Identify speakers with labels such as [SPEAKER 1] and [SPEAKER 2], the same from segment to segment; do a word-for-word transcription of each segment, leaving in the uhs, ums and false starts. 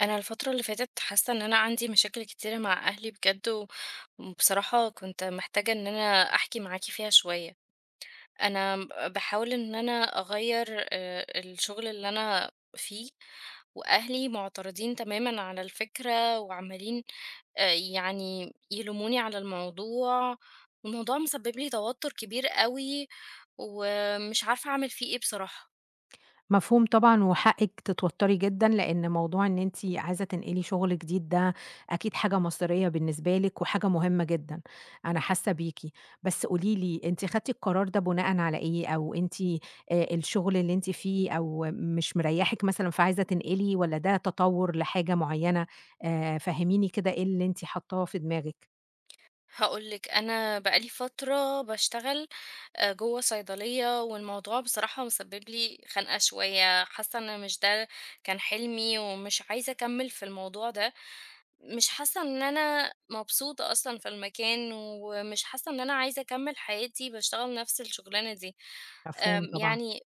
[SPEAKER 1] انا الفتره اللي فاتت حاسه ان انا عندي مشاكل كتيره مع اهلي بجد و- وبصراحه كنت محتاجه ان انا احكي معاكي فيها شويه. انا بحاول ان انا اغير آه، الشغل اللي انا فيه. واهلي معترضين تماما على الفكره وعمالين آه، يعني يلوموني على الموضوع. الموضوع مسبب لي توتر كبير قوي ومش عارفه اعمل فيه ايه بصراحه.
[SPEAKER 2] مفهوم طبعًا، وحقِك تتوتّري جدًا، لإن موضوع إن أنتِ عايزة تنقلي شغل جديد ده أكيد حاجة مصيرية بالنسبة لِك وحاجة مهمة جدًا، أنا حاسة بيكِ. بس قولي لي، أنتِ خدتِ القرار ده بناءً على إيه؟ أو أنتِ آآ الشغل اللي أنتِ فيه أو مش مريّحِك مثلًا فعايزة تنقلي والّا ده تطوُّر لحاجة معيّنة؟ آآ فهّميني كده إيه اللي أنتِ حاطاه في دماغِك؟
[SPEAKER 1] هاقول لِك، أنا بقى لي فترة باشتغل آآ جوّه صيدلية، والموضوع بصراحة مسبب لي خنقة شوية، حاسة إن مش ده كان حلمي، ومش عايزة أكمّل في الموضوع ده، مش حاسة إن أنا مبسوطة أصلًا في المكان، ومش حاسة إن أنا عايزة أكمّل حياتي باشتغل نفس الشغلانة دي.
[SPEAKER 2] مفهوم
[SPEAKER 1] آمم
[SPEAKER 2] طبعًا.
[SPEAKER 1] يعني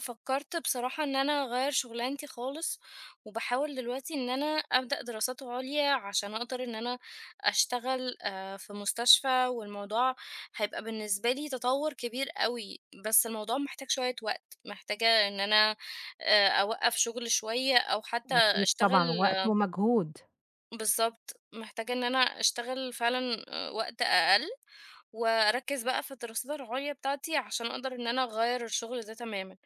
[SPEAKER 1] فكرت بصراحة إن أنا أغيّر شُغلانتي خالص، وباحاول دلوقتي إن أنا أبدأ دراسات عُليا عشان أقدر إن أنا أشتغل آآ في مستشفى، والموضوع هيبقى بالنسبة لي تطوّر كبير أوي، بس الموضوع محتاج شوية وقت، محتاجة إن أنا آآ أوقّف شُغل شوية أو حتى
[SPEAKER 2] أكيد طبعًا،
[SPEAKER 1] أشتغل
[SPEAKER 2] وقت
[SPEAKER 1] آه،
[SPEAKER 2] ومجهود.
[SPEAKER 1] بالضبط، محتاجة إن أنا أشتغل فعلًا آآ وقت أقل. وأركّز بقى في الدراسات العُليا بتاعتي عشان أقدر إن أنا أغيّر الشغل ده تمامًا،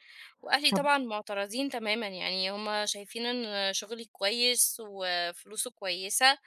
[SPEAKER 1] وأهلي
[SPEAKER 2] طَب
[SPEAKER 1] طبعًا معترضين تمامًا، يعني هُم شايفين إن شغلي كويس وفلوسه كويسة،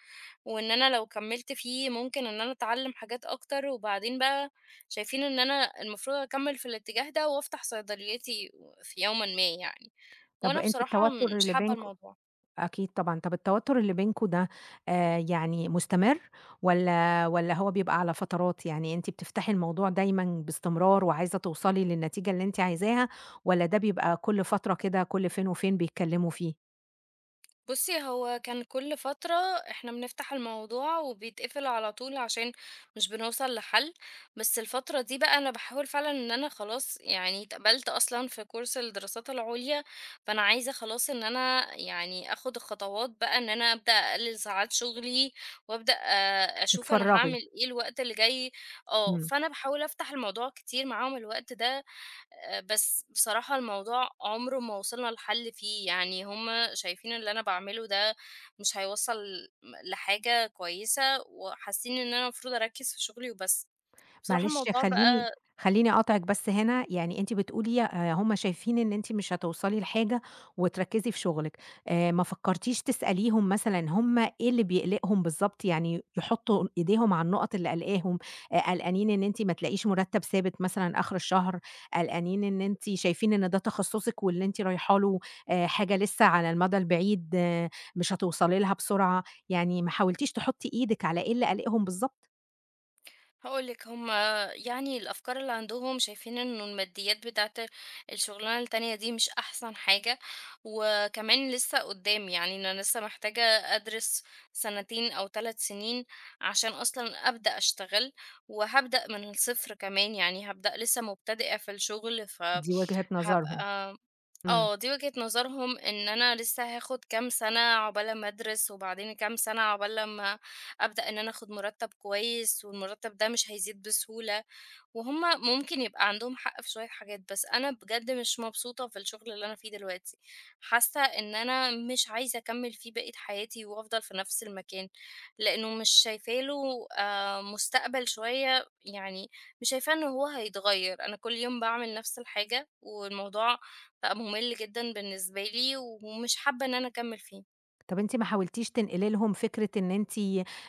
[SPEAKER 1] وإن أنا لو كمّلت فيه ممكن إن أنا أتعلّم حاجات أكتر، وبعدين بقى شايفين إن أنا المفروض أكمّل في الاتجاه ده وأفتح صيدليتي و في يومًا ما يعني،
[SPEAKER 2] طَب
[SPEAKER 1] وأنا
[SPEAKER 2] أنتِ
[SPEAKER 1] بصراحة
[SPEAKER 2] التوتُّر
[SPEAKER 1] مش
[SPEAKER 2] اللي
[SPEAKER 1] حابة
[SPEAKER 2] بينكم
[SPEAKER 1] الموضوع.
[SPEAKER 2] أكيد طبعًا، طَب التوتُّر اللي بينكم ده آآ يعني مستمر والّا والّا هو بيبقى على فترات، يعني أنتِ بتفتحي الموضوع دايمًا باستمرار وعايزة توصلي للنتيجة اللي أنتِ عايزاها والّا ده بيبقى كل فترة كده كل فين وفين بيتكلّموا فيه؟
[SPEAKER 1] بُصّي، هو كان كل فترة إحنا بنفتح الموضوع وبيتقفل على طول عشان مش بنوصل لحل، بس الفترة دي بقى أنا باحاول فعلًا إن أنا خلاص يعني اتقبلت أصلًا في course الدراسات العُليا، فأنا عايزة خلاص إن أنا يعني آخُد الخطوات بقى إن أنا أبدأ أقلِّل ساعات شُغلي وأبدأ آه، أشوف أنا هاعمل
[SPEAKER 2] بتفرّغي.
[SPEAKER 1] إيه الوقت اللي جاي. آه،
[SPEAKER 2] إمم.
[SPEAKER 1] فأنا باحاول أفتح الموضوع كتير معاهم الوقت ده. آآ بس بصراحة الموضوع عمره ما وصلنا لحل فيه، يعني هُم شايفين اللي أنا باعمله ده مش هيوصّل م لحاجة كويسة، وحاسين إن أنا المفروض أركّز في شغلي وبس. بصراحة
[SPEAKER 2] معلش
[SPEAKER 1] الموضوع
[SPEAKER 2] خلّيني
[SPEAKER 1] بقى
[SPEAKER 2] خلّيني أقاطعِك بس هنا، يعني أنتِ بتقولي آآ هم شايفين إن أنتِ مش هتوصلي لحاجة وتركّزي في شغلِك، آآ ما فكّرتيش تسأليهم مثلًا هم إيه اللي بيقلقهم بالضبط، يعني يحطّوا إيديهم على النُقط اللي قالقاهم، آآ قلقانين إن أنتِ ما تلاقيش مرتّب ثابت مثلًا آخر الشهر، قلقانين إن أنتِ شايفين إن ده تخصُّصِك واللي أنتِ رايحة له آآ حاجة لسه على المدى البعيد آه، مش هتوصلي لها بسرعة، يعني ما حاولتيش تحطّي إيدِك على إيه اللي قالقهم بالضبط؟
[SPEAKER 1] هاقول لِك هُم يعني الأفكار اللي عندهم شايفين إنه الماديات بتاعة الشغلانة التانية دي مش أحسن حاجة، وكمان لسه قدّام، يعني أنا لسه محتاجة أدرس سنتين أو تلات سنين عشان أصلًا أبدأ أشتغل، وهابدأ من الصفر كمان، يعني هابدأ لسه مبتدئة في الشغل،
[SPEAKER 2] دي وجهة نظرهم.
[SPEAKER 1] فهابقى
[SPEAKER 2] إمم.
[SPEAKER 1] آه، دي وجهة نظرهم إن أنا لسه هاخد كام سنة عقبال أمّا أدرس، وبعدين كام سنة عقبال لمّا أبدأ إن أنا آخد مُرتّب كويس، والمُرتّب ده مش هيزيد بسهولة. وهُم ممكن يبقى عندهم حق في شوية حاجات، بس أنا بجد مش مبسوطة في الشغل اللي أنا فيه دلوقتي، حاسة إن أنا مش عايزة أكمّل فيه بقية حياتي وأفضل في نفس المكان، لإنه مش شايفة له آآ مستقبل شوية، يعني مش شايفاه إن هو هيتغيّر، أنا كل يوم باعمل نفس الحاجة والموضوع بقى مُمِل جدًا بالنسبة لي ومش حابة إن أنا أكمّل فيه.
[SPEAKER 2] طب أنتِ ما حاولتيش تنقلي لهم فكرة إن أنتِ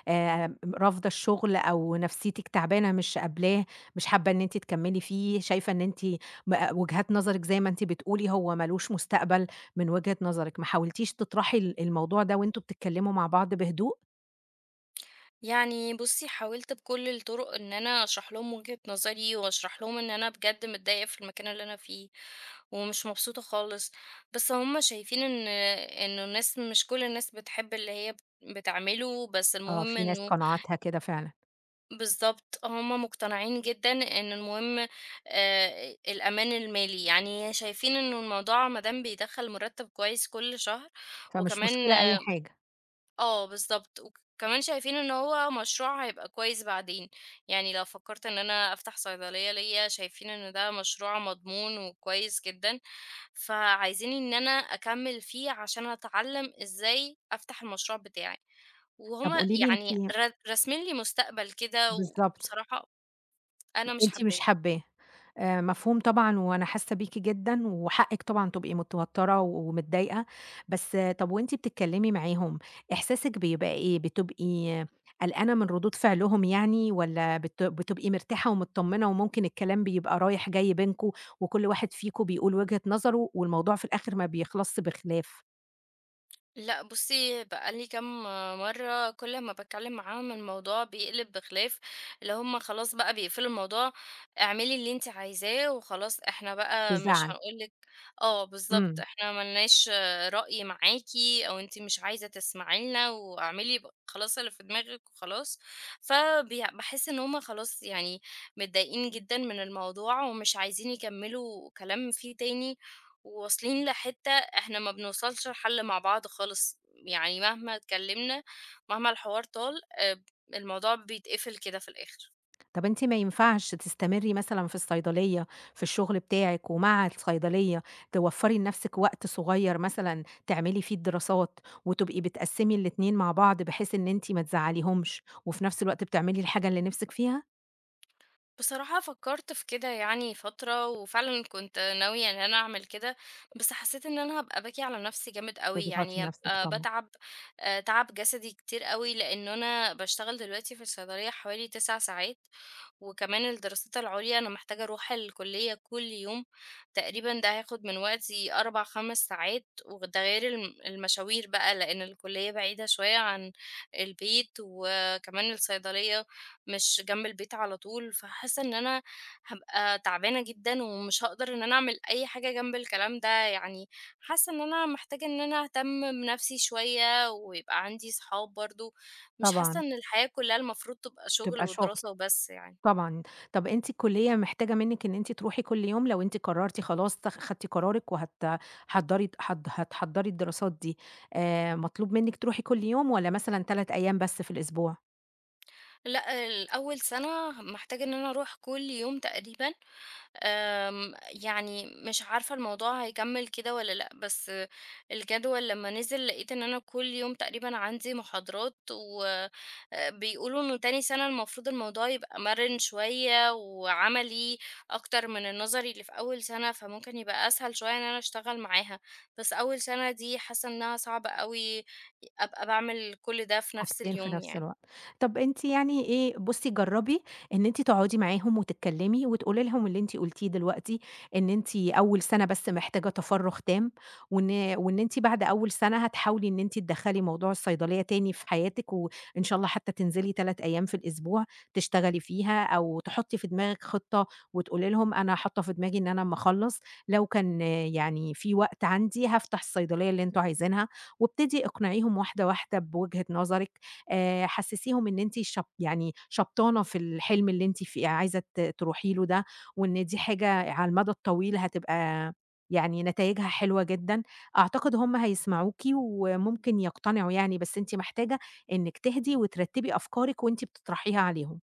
[SPEAKER 2] آآ رافضة الشغل أو نفسيتِك تعبانة مش قابلاه، مش حابة إن أنتِ تكمّلي فيه، شايفة إن أنتِ م آه، وجهات نظرِك زي ما أنتِ بتقولي هو ما لوش مستقبل من وجهة نظرِك، ما حاولتيش تطرحي ال الموضوع ده وأنتم بتتكلموا مع بعض بهدوء؟
[SPEAKER 1] يعني بُصّي، حاولت بكل الطُرق إن أنا أشرح لهم وجهة نظري وأشرح لهم إن أنا بجد متضايقة في المكان اللي أنا فيه ومش مبسوطة خالص، بس هم شايفين إن إنه الناس مش كل الناس بتحب اللي هي بتعمله، بس
[SPEAKER 2] آه،
[SPEAKER 1] المهم
[SPEAKER 2] في ناس
[SPEAKER 1] إنه
[SPEAKER 2] قناعاتها كده فعلًا،
[SPEAKER 1] بالضبط، هم مقتنعين جدًا إن المهم آآ الأمان المالي، يعني شايفين إنه الموضوع ما دام بيدخّل مُرتّب كويس كل شهر
[SPEAKER 2] فمش
[SPEAKER 1] وكمان
[SPEAKER 2] مشكلة أي حاجة.
[SPEAKER 1] آه بالضبط، وكمان شايفين إن هو مشروع هيبقى كويس بعدين، يعني لو فكّرت إن أنا أفتح صيدلية ليّا شايفين إن ده مشروع مضمون وكويس جدًا، فعايزين إن أنا أكمّل فيه عشان أتعلّم إزاي أفتح المشروع بتاعي، وهُم
[SPEAKER 2] طب قولي لي
[SPEAKER 1] يعني
[SPEAKER 2] أنتِ
[SPEAKER 1] ر راسمين لي مستقبل كده
[SPEAKER 2] بالضبط.
[SPEAKER 1] وبصراحة أنا مش
[SPEAKER 2] أنتِ
[SPEAKER 1] حاباه.
[SPEAKER 2] مش حابّاه. آآ مفهوم طبعًا وأنا حاسّة بيكِ جدًا، وحقِّك طبعًا تبقي متوتّرة ومتضايقة، بس طَب وأنتِ بتتكلّمي معاهم إحساسِك بيبقى إيه؟ بتبقي قلقانة من ردود فعلهم يعني والّا بت بتبقي مرتاحة ومتطمّنة وممكن الكلام بيبقى رايح جاي بينكم، وكل واحد فيكم بيقول وجهة نظره والموضوع في الآخِر ما بيخلصش بخلاف
[SPEAKER 1] لأ بُصّي، بقى لي كام مرّة كل أمّا باتكلّم معاهم الموضوع بيقلب بخلاف اللي هم خلاص بقى بيقفلوا الموضوع، اعملي اللي أنتِ عايزاه وخلاص إحنا بقى مش
[SPEAKER 2] وزَعَل؟
[SPEAKER 1] هنقول لِك آه بالضبط،
[SPEAKER 2] إمم.
[SPEAKER 1] إحنا ما لناش رأي معاكِ أو أنتِ مش عايزة تسمعي لنا واعملي ب خلاص اللي في دماغِك وخلاص، فبي باحس إن هم خلاص يعني متضايقين جدًا من الموضوع ومش عايزين يكمّلوا كلام فيه تاني، وواصلين لحتّة إحنا ما بنوصلش لحل مع بعض خالص، يعني مهما اتكلمنا، مهما الحوار طال، آآ، الموضوع بيتقفل كده في الآخر.
[SPEAKER 2] طب أنتِ ما ينفعش تستمري مثلًا في الصيدلية، في الشغل بتاعِك ومع الصيدلية توفّري لنفسِك وقت صغير مثلًا تعملي فيه الدراسات، وتبقي بتقسّمي الاتنين مع بعض بحيث إن أنتِ ما تزعّليهمش، وفي نفس الوقت بتعملي الحاجة اللي نِفْسِك فيها؟
[SPEAKER 1] بصراحة فكرت في كده يعني فترة، وفعلًا كنت ناوية إن أنا أعمل كده، بس حسيت إن أنا هابقى باكي على نفسي جامد أوي،
[SPEAKER 2] تضغطي
[SPEAKER 1] يعني
[SPEAKER 2] نفسِك
[SPEAKER 1] هابقى
[SPEAKER 2] طبعًا.
[SPEAKER 1] باتعب آآ، تعب جسدي كتير أوي، لإن أنا باشتغل دلوقتي في الصيدلية حوالي تسع ساعات. وكمان الدراسات العُليا أنا محتاجة أروح الكُلّية كل يوم، تقريبًا ده هياخد من وقتي أربع، خمس ساعات، وده غير الم المشاوير بقى لإن الكُلّية بعيدة شوية عن البيت، وكمان الصيدلية مش جنب البيت على طول، فحاسة إن أنا هابقى تعبانة جدًا ومش هاقدر إن أنا أعمل أي حاجة جنب الكلام ده، يعني حاسة إن أنا محتاجة إن أنا أهتم بنفسي شوية ويبقى عندي صحاب برضه، مش حاسة
[SPEAKER 2] طبعًا،
[SPEAKER 1] إن الحياة كُلّها المفروض تبقى شُغل
[SPEAKER 2] تبقى شغل.
[SPEAKER 1] ودراسة وبس يعني.
[SPEAKER 2] طبعًا. طَب أنتِ الكُلّية محتاجة منِّك إن أنتِ تروحي كل يوم لو أنتِ قررتِ خلاص تاخ خدتِ قرارِك وهت حضّري حض هتحضّري الدراسات دي، آآ مطلوب منِّك تروحي كل يوم والّا مثلًا تلات أيام بس في الأسبوع؟
[SPEAKER 1] لأ، الأول سَنة محتاجة إن أنا أروح كل يوم تقريبًا، آمم، يعني مش عارفة الموضوع هيكمّل كده والّا لأ، بس الجدول لمّا نزل لقيت إن أنا كل يوم تقريبًا عندي محاضرات، و آآ، بيقولوا إنه تاني سَنة المفروض الموضوع يبقى مَرِن شوية وعملي أكتر من النظري اللي في أول سَنة، فممكن يبقى أسهل شوية إن أنا أشتغل معاها، بس أول سَنة دي حاسة إنها صعبة أوي أبقى باعمل كل ده في نفس
[SPEAKER 2] حاجتين في
[SPEAKER 1] اليوم
[SPEAKER 2] نفس
[SPEAKER 1] يعني.
[SPEAKER 2] الوقت. طب أنتِ يعني إيه بُصّي جرّبي إن أنتِ تقعدي معاهم وتتكلّمي وتقولي لهم اللي أنتِ قُلتيه دلوقتي، إن أنتِ أول سَنة بس محتاجة تفرُّغ تام، وإن وإن أنتِ بعد أول سَنة هتحاولي إن أنتِ تدخّلي موضوع الصيدلية تاني في حياتِك، وإن شاء الله حتّى تنزلي تلات أيام في الأسبوع تشتغلي فيها، أو تحُطّي في دماغِك خطة وتقولي لهم أنا حاطّة في دماغي إن أنا أمّا أخلّص لو كان آه، يعني في وقت عندي هافتح الصيدلية اللي أنتم عايزينها، وابتدي اقنعيهم واحدة، واحدة بوجهة نظرِك، آآ حسّسيهم إن أنتِ شب يعني شبطانة في الحلم اللي أنتِ ف عايزة ت تروحي له ده، وإن دي حاجة على المدى الطويل هتبقى يعني نتايجها حلوة جدًا، أعتقد هُم هيسمعوكِ وممكن يقتنعوا يعني، بس أنتِ محتاجة إنِّك تهدي وترتّبي أفكارِك وأنتِ بتطرحيها عليهم.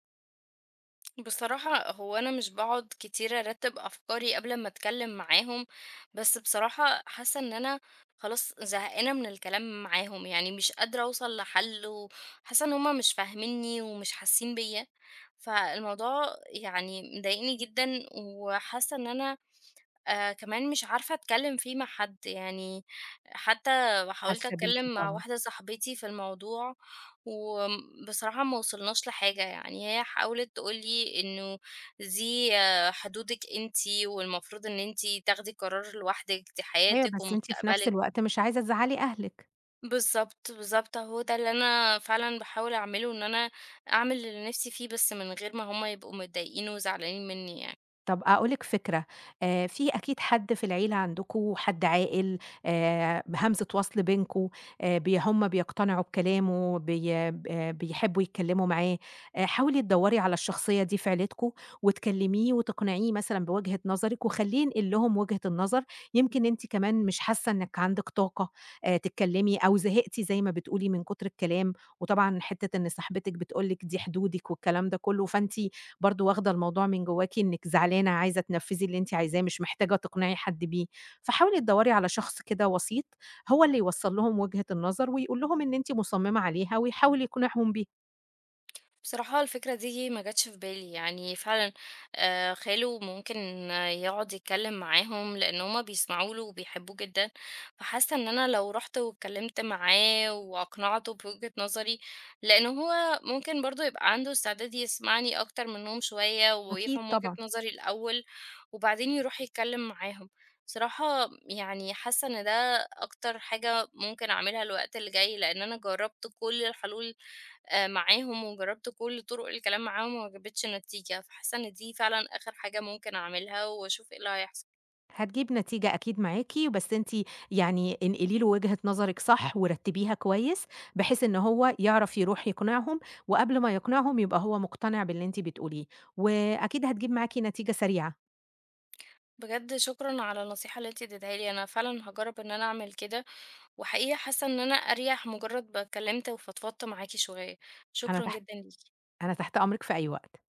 [SPEAKER 1] بصراحة هو أنا مش باقعد كتير أرتّب أفكاري قبل أمّا أتكلّم معاهم، بس بصراحة حاسّة إن أنا خلاص زهقانة من الكلام معاهم، يعني مش قادرة أوصل لحل وحاسّة إن هُم مش فاهمينّي ومش حاسّين بيّا، فالموضوع يعني مضايقني جدًا وحاسّة إن أنا آآ كمان مش عارفة أتكلّم فيه مع حد، يعني حتى حاولت
[SPEAKER 2] حاسة بيكِ
[SPEAKER 1] أتكلّم مع
[SPEAKER 2] طبعًا.
[SPEAKER 1] واحدة صاحبتي في الموضوع، وبصراحة ما وصلناش لحاجة، يعني هي حاولت تقول لي إنه دي آه، حدودِك أنتِ، والمفروض إن أنتِ تاخدي قرار لوحدِك، دي
[SPEAKER 2] أيوه،
[SPEAKER 1] حياتِك
[SPEAKER 2] بس أنتِ في نفس
[SPEAKER 1] ومستقبلِك.
[SPEAKER 2] الوقت مش عايزة تزعّلي أهلِك.
[SPEAKER 1] بالضبط، بالضبط، هو ده اللي أنا فعلًا باحاول أعمله، إن أنا أعمل اللي نِفْسي فيه، بس من غير ما هُم يبقوا متضايقين وزعلانين منّي يعني.
[SPEAKER 2] طب أقول لِك فكرة، آآ في أكيد حد في العيلة عندكم، حد عاقل، آآ همزة وصل بينكم، آآ بي هُم بيقتنعوا بكلامه، بي آآ بيحبوا يتكلموا معاه، آآ حاولي تدوري على الشخصية دي في عيلتكم، وتكلميه وتقنعيه مثلًا بوجهة نظرِك، وخليه ينقل لهم وجهة النظر، يمكن أنتِ كمان مش حاسة إنِك عندِك طاقة آآ تتكلمي، أو زهقتِ زي ما بتقولي من كتر الكلام، وطبعًا حتة إن صاحبتِك بتقول لِك دي حدودِك والكلام ده كله، فأنتِ برضه واخدة الموضوع من جواكِ إنِّك زعلانة عايزة تنفّذي اللي أنتِ عايزاه، مش محتاجة تقنعي حد بيه، فحاولي تدوّري على شخص كده وسيط، هو اللي يوصّل لهم وجهة النظر ويقول لهم إن أنتِ مصممة عليها ويحاول يقنعهم بيها.
[SPEAKER 1] بصراحة الفكرة دي ما جاتش في بالي يعني فعلا. آه، خاله ممكن يقعد يتكلم معاهم لأن هما بيسمعوا له وبيحبوه جدا، فحاسة إن أنا لو رحت واتكلمت معاه وأقنعته بوجهة نظري لأن هو ممكن برضو يبقى عنده استعداد يسمعني أكتر منهم شوية
[SPEAKER 2] أكيد
[SPEAKER 1] ويفهم وجهة
[SPEAKER 2] طبعًا.
[SPEAKER 1] نظري الأول وبعدين يروح يتكلم معاهم. بصراحة يعني حاسة إن ده أكتر حاجة ممكن أعملها الوقت اللي جاي لأن أنا جربت كل الحلول آآ معاهم وجرّبت كل طُرق الكلام معاهم وما جابتش نتيجة، فحاسة إن دي فعلًا آخر حاجة ممكن أعملها وأشوف إيه اللي هيحصل.
[SPEAKER 2] هتجيب نتيجة أكيد معاكِ، بس أنتِ يعني انقلي له وجهة نظرِك صح ورتّبيها كويس، بحيث إن هو يعرف يروح يقنعهم، وقبل ما يقنعهم يبقى هو مقتنع باللي أنتِ بتقوليه، وأكيد هتجيب معاكِ نتيجة سريعة.
[SPEAKER 1] بجد شكرًا على النصيحة اللي أنتِ اديتيها لي، أنا فعلًا هاجرّب إن أنا أعمل كده، وحقيقي حاسة إن أنا أريح مجرّد ما اتكلمت وفضفضت معاكِ شوية،
[SPEAKER 2] أنا
[SPEAKER 1] شكرًا
[SPEAKER 2] تحت
[SPEAKER 1] جدًا ليكِ.
[SPEAKER 2] أنا تحت أمرِك في أي وقت.